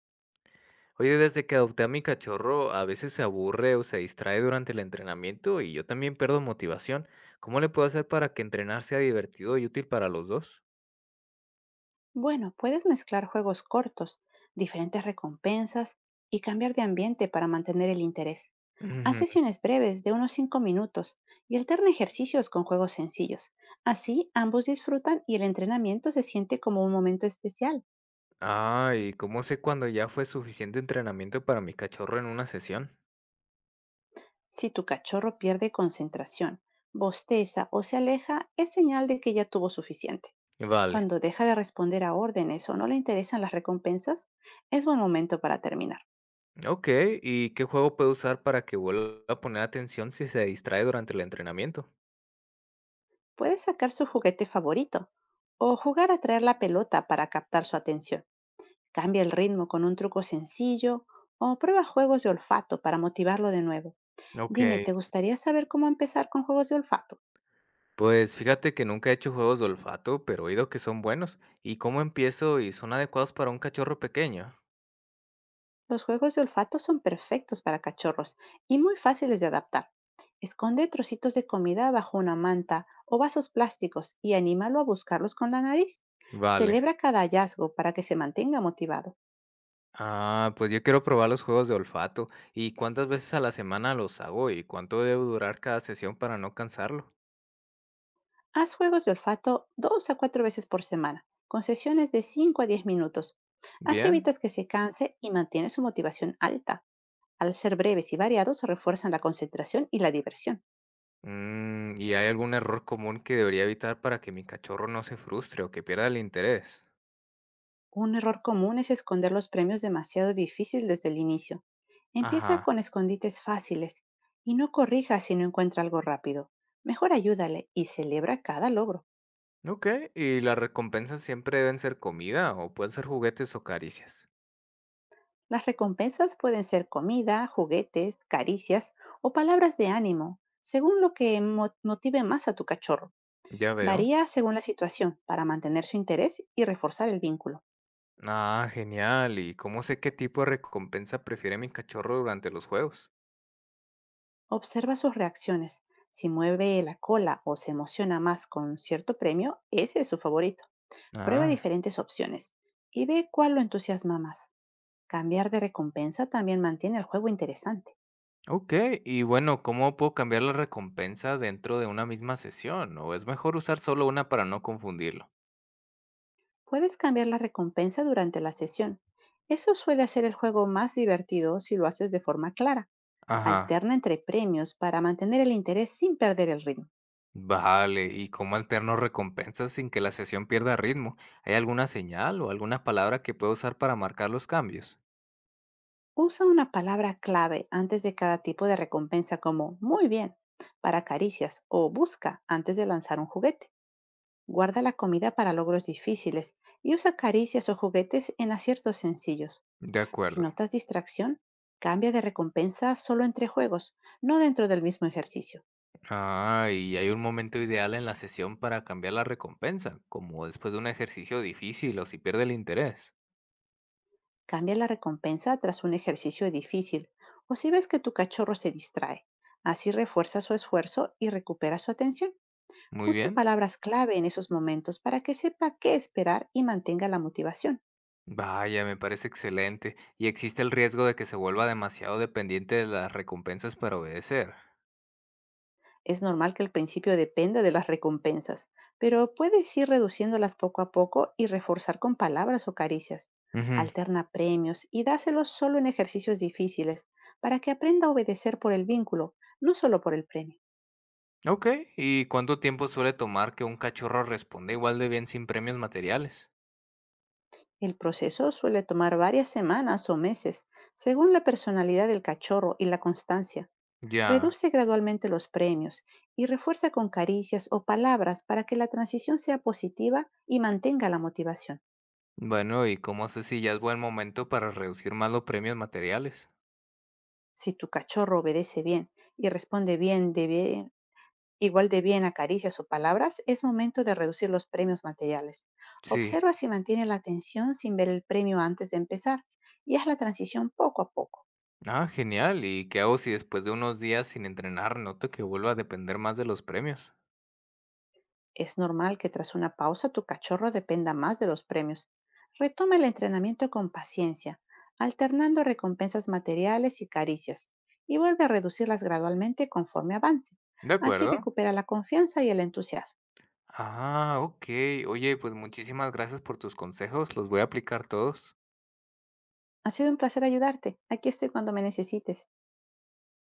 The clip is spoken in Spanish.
Oye, desde que adopté a mi cachorro, a veces se aburre o se distrae durante el entrenamiento y yo también pierdo motivación. ¿Cómo le puedo hacer para que entrenar sea divertido y útil para los dos? Bueno, puedes mezclar juegos cortos, diferentes recompensas y cambiar de ambiente para mantener el interés. Haz Ujú. sesiones breves de unos 5 minutos y alterna ejercicios con juegos sencillos. Así ambos disfrutan y el entrenamiento se siente como un momento especial. Ah, ¿y cómo sé cuando ya fue suficiente entrenamiento para mi cachorro en una sesión? Si tu cachorro pierde concentración, bosteza o se aleja, es señal de que ya tuvo suficiente. Vale. Cuando deja de responder a órdenes o no le interesan las recompensas, es buen momento para terminar. Ok, ¿y qué juego puedo usar para que vuelva a poner atención si se distrae durante el entrenamiento? Puede sacar su juguete favorito o jugar a traer la pelota para captar su atención. Cambia el ritmo con un truco sencillo o prueba juegos de olfato para motivarlo de nuevo. Ok, Dime, ¿te gustaría saber cómo empezar con juegos de olfato? pues fíjate que nunca he hecho juegos de olfato, pero he oído que son buenos. ¿Y cómo empiezo y son adecuados para un cachorro pequeño? Los juegos de olfato son perfectos para cachorros y muy fáciles de adaptar. Esconde trocitos de comida bajo una manta o vasos plásticos y anímalo a buscarlos con la nariz. Vale. Celebra cada hallazgo para que se mantenga motivado. Ah, pues yo quiero probar los juegos de olfato. ¿Y cuántas veces a la semana los hago y cuánto debe durar cada sesión para no cansarlo? Haz juegos de olfato dos a cuatro veces por semana, con sesiones de 5 a 10 minutos. Así ¿Bien? evitas que se canse y mantiene su motivación alta. Al ser breves y variados, refuerzan la concentración y la diversión. Mm, ¿y hay algún error común que debería evitar para que mi cachorro no se frustre o que pierda el interés? Un error común es esconder los premios demasiado difícil desde el inicio. Empieza Ajá. con escondites fáciles y no corrija si no encuentra algo rápido. Mejor ayúdale y celebra cada logro. Ok, ¿y las recompensas siempre deben ser comida o pueden ser juguetes o caricias? Las recompensas pueden ser comida, juguetes, caricias o palabras de ánimo, según lo que motive más a tu cachorro. Ya veo. Varía según la situación para mantener su interés y reforzar el vínculo. Ah, genial. ¿Y cómo sé qué tipo de recompensa prefiere mi cachorro durante los juegos? Observa sus reacciones. Si mueve la cola o se emociona más con cierto premio, ese es su favorito. Prueba Ah. diferentes opciones y ve cuál lo entusiasma más. Cambiar de recompensa también mantiene el juego interesante. Okey, y bueno, ¿cómo puedo cambiar la recompensa dentro de una misma sesión? ¿O es mejor usar solo una para no confundirlo? Puedes cambiar la recompensa durante la sesión. Eso suele hacer el juego más divertido si lo haces de forma clara. Ajá, Alterna entre premios para mantener el interés sin perder el ritmo. vale, ¿y cómo alterno recompensas sin que la sesión pierda ritmo? ¿Hay alguna señal o alguna palabra que pueda usar para marcar los cambios? Usa una palabra clave antes de cada tipo de recompensa como muy bien para caricias o busca antes de lanzar un juguete. Guarda la comida para logros difíciles y usa caricias o juguetes en aciertos sencillos. De Si acuerdo. notas distracción, cambia de recompensa solo entre juegos, no dentro del mismo ejercicio. Ah, ¿y hay un momento ideal en la sesión para cambiar la recompensa, como después de un ejercicio difícil o si pierde el interés? Cambia la recompensa tras un ejercicio difícil o si ves que tu cachorro se distrae. Así refuerza su esfuerzo y recupera su atención. Muy Usa bien. palabras clave en esos momentos para que sepa qué esperar y mantenga la motivación. Vaya, me parece excelente. ¿Y existe el riesgo de que se vuelva demasiado dependiente de las recompensas para obedecer? Es normal que al principio dependa de las recompensas, pero puedes ir reduciéndolas poco a poco y reforzar con palabras o caricias. Ujú. Alterna premios y dáselos solo en ejercicios difíciles para que aprenda a obedecer por el vínculo, no solo por el premio. Ok, ¿y cuánto tiempo suele tomar que un cachorro responda igual de bien sin premios materiales? El proceso suele tomar varias semanas o meses, según la personalidad del cachorro y la constancia. Ya. Reduce gradualmente los premios y refuerza con caricias o palabras para que la transición sea positiva y mantenga la motivación. Bueno, ¿y cómo sé si ya es buen momento para reducir más los premios materiales? Si tu cachorro obedece bien y responde bien de bien, igual de bien a caricias o palabras, es momento de reducir los premios materiales. Sí. Observa si mantiene la atención sin ver el premio antes de empezar y haz la transición poco a poco. Ah, genial. ¿Y qué hago si después de unos días sin entrenar noto que vuelvo a depender más de los premios? Es normal que tras una pausa tu cachorro dependa más de los premios. Retoma el entrenamiento con paciencia, alternando recompensas materiales y caricias, y vuelve a reducirlas gradualmente conforme avance. De Así acuerdo. recupera la confianza y el entusiasmo. Ah, ok. Oye, pues muchísimas gracias por tus consejos. Los voy a aplicar todos. Ha sido un placer ayudarte. Aquí estoy cuando me necesites.